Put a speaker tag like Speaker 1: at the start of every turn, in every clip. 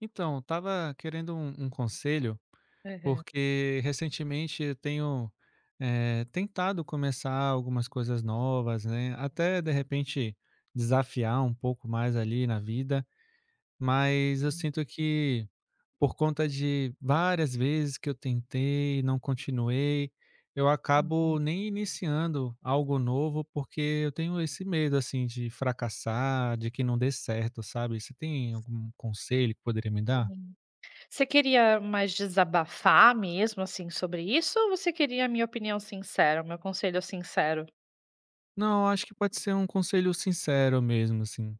Speaker 1: Então, estava querendo um conselho,
Speaker 2: Aham.
Speaker 1: porque recentemente eu tenho tentado começar algumas coisas novas, né? Até de repente desafiar um pouco mais ali na vida, mas eu sinto que por conta de várias vezes que eu tentei e não continuei, eu
Speaker 2: Uhum.
Speaker 1: acabo nem iniciando algo novo, porque eu tenho esse medo assim de fracassar, de que não dê certo, sabe? Você tem algum conselho que poderia me dar?
Speaker 2: Sim. Você queria mais desabafar mesmo, assim, sobre isso ou você queria a minha opinião sincera, o meu conselho sincero?
Speaker 1: Não, acho que pode ser um conselho sincero mesmo, assim.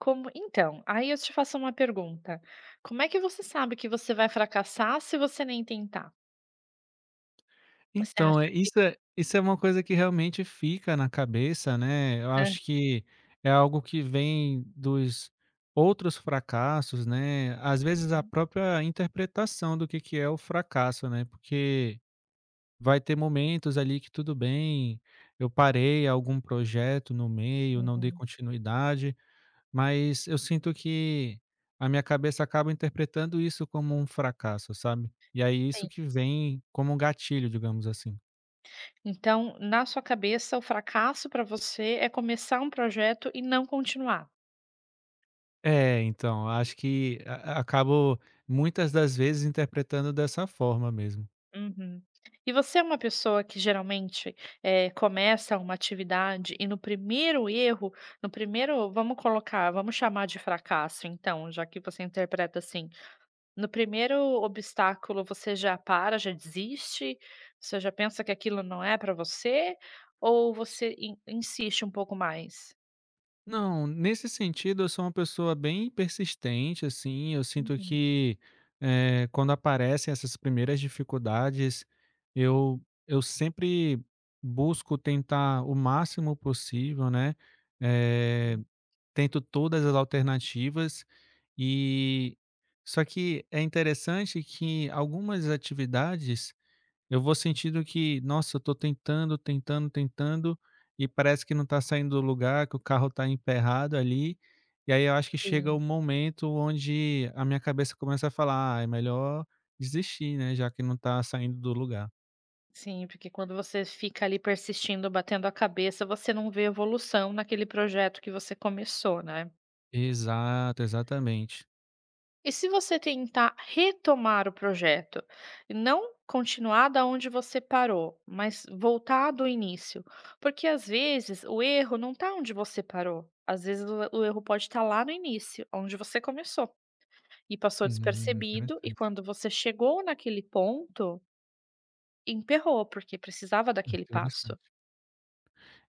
Speaker 2: Como então, aí eu te faço uma pergunta, como é que você sabe que você vai fracassar se você nem tentar? Você
Speaker 1: Então,
Speaker 2: acha
Speaker 1: é
Speaker 2: que
Speaker 1: isso é isso é uma coisa que realmente fica na cabeça, né, eu
Speaker 2: hã.
Speaker 1: acho que é algo que vem dos outros fracassos, né, às vezes a própria interpretação do que é o fracasso, né, porque vai ter momentos ali que tudo bem, eu parei algum projeto no meio, não dei
Speaker 2: Uhum.
Speaker 1: continuidade. Mas eu sinto que a minha cabeça acaba interpretando isso como um fracasso, sabe. E aí
Speaker 2: Sim.
Speaker 1: isso que vem como um gatilho, digamos assim.
Speaker 2: Então, na sua cabeça, o fracasso para você é começar um projeto e não continuar.
Speaker 1: É, então, acho que a acabo muitas das vezes interpretando dessa forma mesmo.
Speaker 2: Uhum. E você é uma pessoa que geralmente, começa uma atividade e no primeiro erro, no primeiro vamos colocar, vamos chamar de fracasso então, já que você interpreta assim, no primeiro obstáculo você já para, já desiste? Você já pensa que aquilo não é para você? Ou você in insiste um pouco mais?
Speaker 1: Não, nesse sentido eu sou uma pessoa bem persistente, assim, eu sinto
Speaker 2: Uhum.
Speaker 1: que, quando aparecem essas primeiras dificuldades, eu eu sempre busco tentar o máximo possível, né, eh tento todas as alternativas, e só que é interessante que algumas atividades eu vou sentindo que, nossa, eu tô tentando, tentando, tentando, e parece que não tá saindo do lugar, que o carro tá emperrado ali. E aí eu acho que chega um
Speaker 2: Sim,
Speaker 1: momento onde a minha cabeça começa a falar: "Ah, é melhor desistir, né, já que não tá saindo do lugar".
Speaker 2: sim, porque quando você fica ali persistindo, batendo a cabeça, você não vê evolução naquele projeto que você começou, né?
Speaker 1: Exato, exatamente.
Speaker 2: E se você tentar retomar o projeto, não continuar da onde você parou, mas voltar do início, porque às vezes o erro não está onde você parou, às vezes o erro pode estar lá no início, onde você começou e passou despercebido, e
Speaker 1: Interessante,
Speaker 2: quando você chegou naquele ponto, emperrou, porque precisava daquele passo.
Speaker 1: interessante.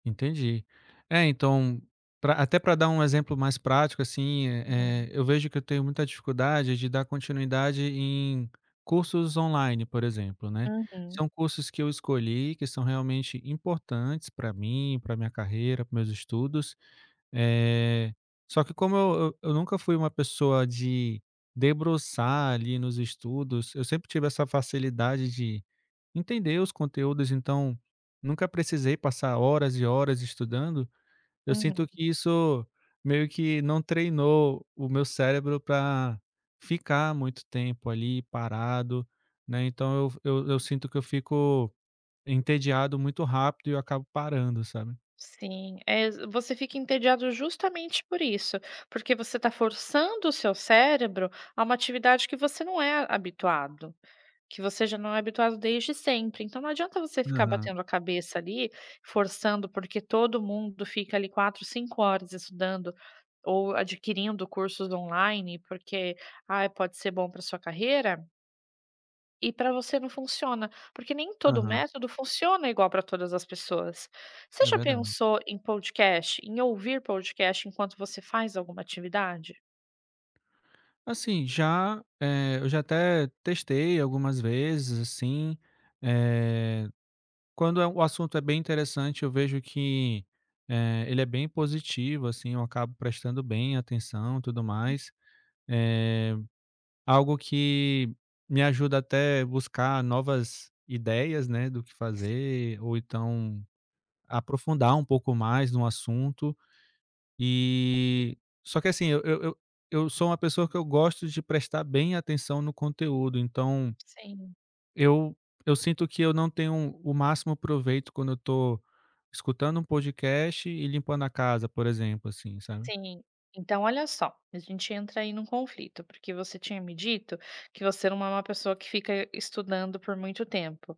Speaker 1: Entendi. É, então, pra até para dar um exemplo mais prático, assim,
Speaker 2: Uhum,
Speaker 1: eu vejo que eu tenho muita dificuldade de dar continuidade em cursos online, por exemplo, né.
Speaker 2: uhum,
Speaker 1: São cursos que eu escolhi, que são realmente importantes para mim, para minha carreira, para meus estudos. eh, Só que como eu nunca fui uma pessoa de debruçar ali nos estudos, eu sempre tive essa facilidade de entender os conteúdos, então nunca precisei passar horas e horas estudando. Eu
Speaker 2: uhum.
Speaker 1: sinto que isso meio que não treinou o meu cérebro para ficar muito tempo ali parado, né, então eu sinto que eu fico entediado muito rápido e eu acabo parando, sabe.
Speaker 2: Sim, é ex você fica entediado justamente por isso, porque você está forçando o seu cérebro a uma atividade que você não é habituado, que você já não é habituado desde sempre. Então não adianta você ficar
Speaker 1: Aham,
Speaker 2: batendo a cabeça ali, forçando, porque todo mundo fica ali 4, 5 horas estudando ou adquirindo cursos online, porque, ah, pode ser bom para sua carreira". E para você não funciona, porque nem todo
Speaker 1: aham,
Speaker 2: método funciona igual para todas as pessoas. Você
Speaker 1: é
Speaker 2: já
Speaker 1: verdade.
Speaker 2: pensou em podcast, em ouvir podcast enquanto você faz alguma atividade?
Speaker 1: Assim, já, eu já até testei algumas vezes, assim. eh Quando o assunto é bem interessante, eu vejo que, ele é bem positivo, assim, eu acabo prestando bem atenção, e tudo mais. Eh, Algo que me ajuda até buscar novas ideias, né, do que fazer ou então aprofundar um pouco mais no assunto. E só que assim, eu sou uma pessoa que eu gosto de prestar bem atenção no conteúdo, então
Speaker 2: Sim,
Speaker 1: eu eu sinto que eu não tenho o máximo proveito quando eu tô escutando um podcast e limpando a casa, por exemplo, assim, sabe.
Speaker 2: sim. Então olha só, a gente entra aí num conflito, porque você tinha me dito que você não é uma pessoa que fica estudando por muito tempo,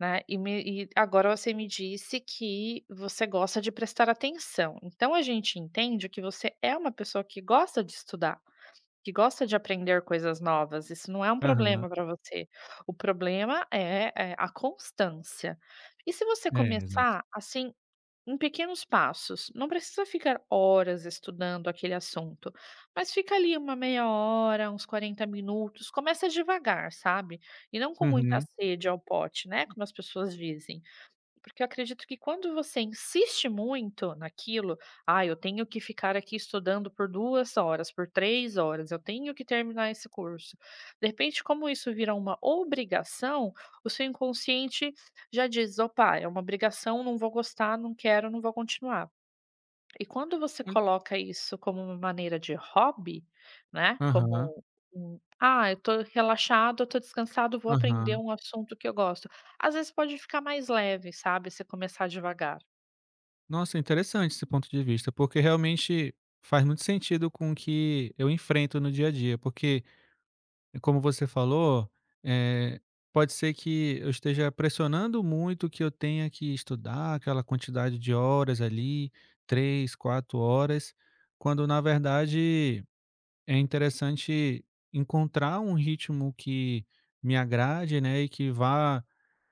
Speaker 2: né, e me e agora você me disse que você gosta de prestar atenção, então a gente entende que você é uma pessoa que gosta de estudar. Que gosta de aprender coisas novas, isso não é um
Speaker 1: Aham.
Speaker 2: problema para você. O problema é, a constância. E se você
Speaker 1: É, exato.
Speaker 2: começar, assim, em pequenos passos, não precisa ficar horas estudando aquele assunto, mas fica ali uma meia hora, uns 40 minutos, começa devagar, sabe. E não com muita
Speaker 1: Uhum.
Speaker 2: sede ao pote, né, como as pessoas dizem. Porque eu acredito que quando você insiste muito naquilo, ah, eu tenho que ficar aqui estudando por 2 horas, por 3 horas, eu tenho que terminar esse curso. De repente, como isso vira uma obrigação, o seu inconsciente já diz: "Opa, é uma obrigação, não vou gostar, não quero, não vou continuar". E quando você
Speaker 1: Olha.
Speaker 2: coloca isso como uma maneira de hobby, né,
Speaker 1: Aham,
Speaker 2: como um: "Ah, eu tô relaxado, eu tô descansado, vou aprender
Speaker 1: aham.
Speaker 2: um assunto que eu gosto", às vezes pode ficar mais leve, sabe, se começar devagar.
Speaker 1: Nossa, interessante esse ponto de vista, porque realmente faz muito sentido com o que eu enfrento no dia a dia, porque como você falou, eh, pode ser que eu esteja pressionando muito que eu tenha que estudar aquela quantidade de horas ali, 3, 4 horas, quando na verdade é interessante encontrar um ritmo que me agrade, né, e que vá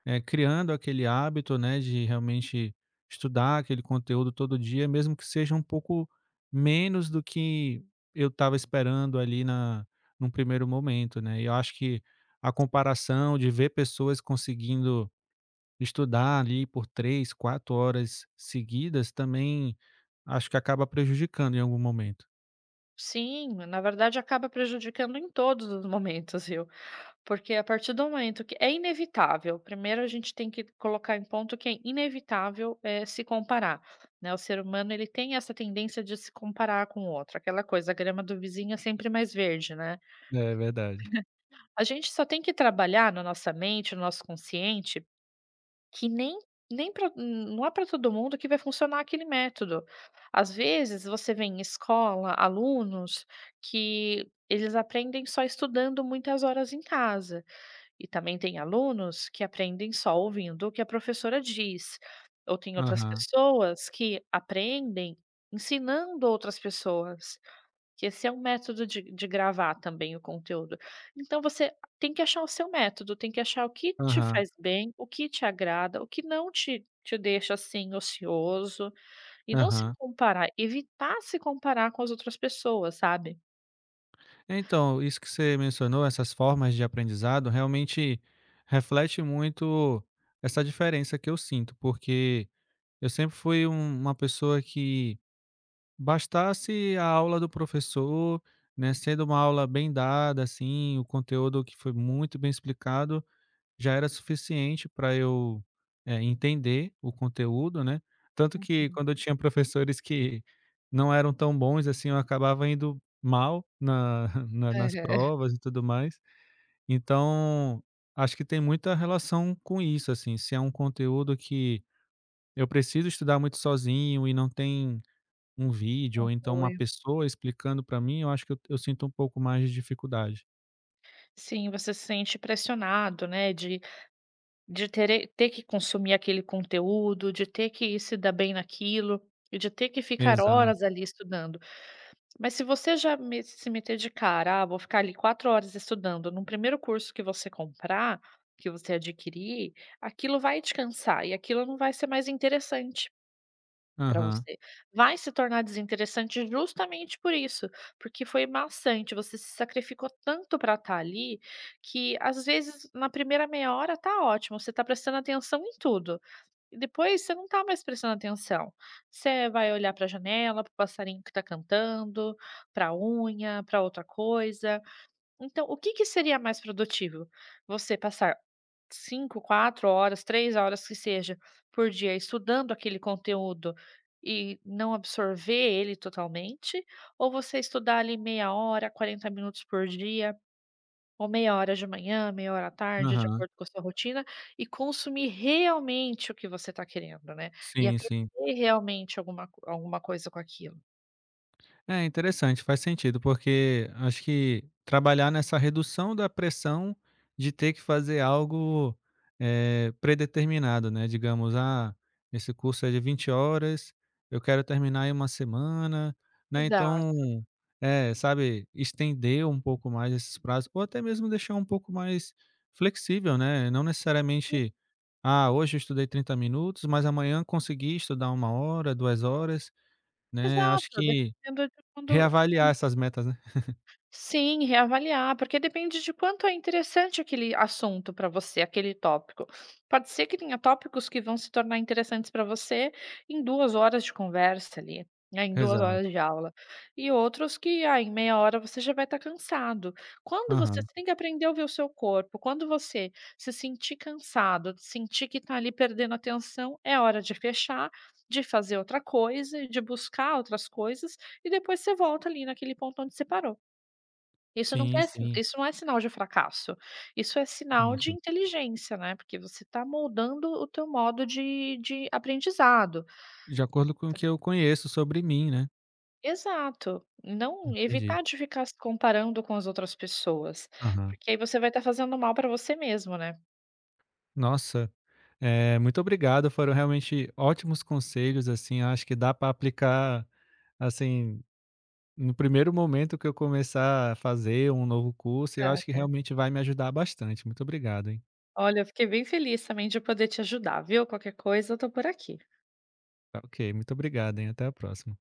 Speaker 1: criando aquele hábito, né, de realmente estudar aquele conteúdo todo dia, mesmo que seja um pouco menos do que eu estava esperando ali na num primeiro momento, né. E eu acho que a comparação de ver pessoas conseguindo estudar ali por 3, 4 horas seguidas também, acho que acaba prejudicando em algum momento.
Speaker 2: Sim, na verdade acaba prejudicando em todos os momentos, viu. Porque a partir do momento que é inevitável, primeiro a gente tem que colocar em ponto que é inevitável, se comparar, né, o ser humano ele tem essa tendência de se comparar com o outro, aquela coisa, a grama do vizinho é sempre mais verde, né.
Speaker 1: É verdade.
Speaker 2: A gente só tem que trabalhar na nossa mente, no nosso consciente, que nem nem pra não é para todo mundo que vai funcionar aquele método. Às vezes, você vê em escola alunos que eles aprendem só estudando muitas horas em casa, e também tem alunos que aprendem só ouvindo o que a professora diz, ou tem outras
Speaker 1: Aham,
Speaker 2: pessoas que aprendem ensinando outras pessoas. Que esse é um método de gravar também o conteúdo. Então você tem que achar o seu método, tem que achar o que te
Speaker 1: aham,
Speaker 2: faz bem, o que te agrada, o que não te deixa, assim, ocioso, e não se
Speaker 1: aham.
Speaker 2: comparar, evitar se comparar com as outras pessoas, sabe.
Speaker 1: Então, isso que você mencionou, essas formas de aprendizado, realmente reflete muito essa diferença que eu sinto, porque eu sempre fui uma pessoa que bastasse a aula do professor, né, sendo uma aula bem dada, assim, o conteúdo que foi muito bem explicado, já era suficiente para eu, entender o conteúdo, né. Tanto que quando eu tinha professores que não eram tão bons assim, eu acabava indo mal na na nas
Speaker 2: Aham.
Speaker 1: provas e tudo mais. Então, acho que tem muita relação com isso, assim, se é um conteúdo que eu preciso estudar muito sozinho e não tem um vídeo
Speaker 2: Um
Speaker 1: ou então uma
Speaker 2: apoio.
Speaker 1: pessoa explicando para mim, eu acho que eu sinto um pouco mais de dificuldade.
Speaker 2: Sim, você se sente pressionado, né, de ter que consumir aquele conteúdo, de ter que se dar bem naquilo, e de ter que ficar
Speaker 1: Exato.
Speaker 2: horas ali estudando. Mas se você já me se meter de cara: "Ah, vou ficar ali 4 horas estudando", num primeiro curso que você comprar, que você adquirir, aquilo vai te cansar e aquilo não vai ser mais interessante para
Speaker 1: Aham,
Speaker 2: você. Vai se tornar desinteressante justamente por isso, porque foi maçante, você se sacrificou tanto para estar ali, que às vezes na primeira meia hora tá ótimo, você tá prestando atenção em tudo. E depois você não tá mais prestando atenção. Você vai olhar para a janela, para o passarinho que está cantando, para a unha, para outra coisa. Então, o que que seria mais produtivo? Você passar 5 4 horas, 3 horas que seja por dia estudando aquele conteúdo e não absorver ele totalmente? Ou você estudar ali meia hora, 40 minutos por dia, ou meia hora de manhã, meia hora à tarde, de
Speaker 1: aham.
Speaker 2: acordo com a sua rotina, e consumir realmente o que você está querendo, né. E
Speaker 1: Sim, sim.
Speaker 2: aprender realmente alguma coisa com aquilo.
Speaker 1: É interessante, faz sentido, porque acho que trabalhar nessa redução da pressão de ter que fazer algo predeterminado, né? Digamos, ah, esse curso é de 20 horas, eu quero terminar em uma semana, né? Então,
Speaker 2: Exato.
Speaker 1: é, sabe, estender um pouco mais esses prazos, ou até mesmo deixar um pouco mais flexível, né? Não
Speaker 2: Sim,
Speaker 1: necessariamente, ah, hoje eu estudei 30 minutos, mas amanhã consegui estudar uma hora, 2 horas, né? Acho
Speaker 2: exato,
Speaker 1: que
Speaker 2: dependendo de quando.
Speaker 1: reavaliar essas metas, né.
Speaker 2: Sim, reavaliar, porque depende de quanto é interessante aquele assunto para você, aquele tópico. Pode ser que tenha tópicos que vão se tornar interessantes para você em 2 horas de conversa ali, né, em 2
Speaker 1: Exato.
Speaker 2: horas de aula, e outros que, ah, em meia hora você já vai estar cansado. Quando
Speaker 1: Aham.
Speaker 2: você tem que aprender a ouvir o seu corpo, quando você se sentir cansado, sentir que está ali perdendo atenção, é hora de fechar, de fazer outra coisa, de buscar outras coisas, e depois você volta ali naquele ponto onde você parou.
Speaker 1: Sim, sim.
Speaker 2: Isso não é sinal de fracasso, isso é sinal
Speaker 1: Sim,
Speaker 2: de
Speaker 1: sim.
Speaker 2: inteligência, né, porque você está moldando o teu modo de aprendizado.
Speaker 1: De acordo com o que eu conheço sobre mim, né.
Speaker 2: Exato, não
Speaker 1: Entendi.
Speaker 2: evitar de ficar se comparando com as outras pessoas,
Speaker 1: Aham.
Speaker 2: porque aí você vai estar fazendo mal para você mesmo, né.
Speaker 1: Nossa, muito obrigado, foram realmente ótimos conselhos, assim, acho que dá para aplicar, assim, no primeiro momento que eu começar a fazer um novo curso, eu acho que
Speaker 2: Obrigada.
Speaker 1: realmente vai me ajudar bastante. Muito obrigado, hein.
Speaker 2: Olha, eu fiquei bem feliz também de poder te ajudar, viu. Qualquer coisa eu tô por aqui.
Speaker 1: Tá ok, muito obrigado, hein. Até a próxima.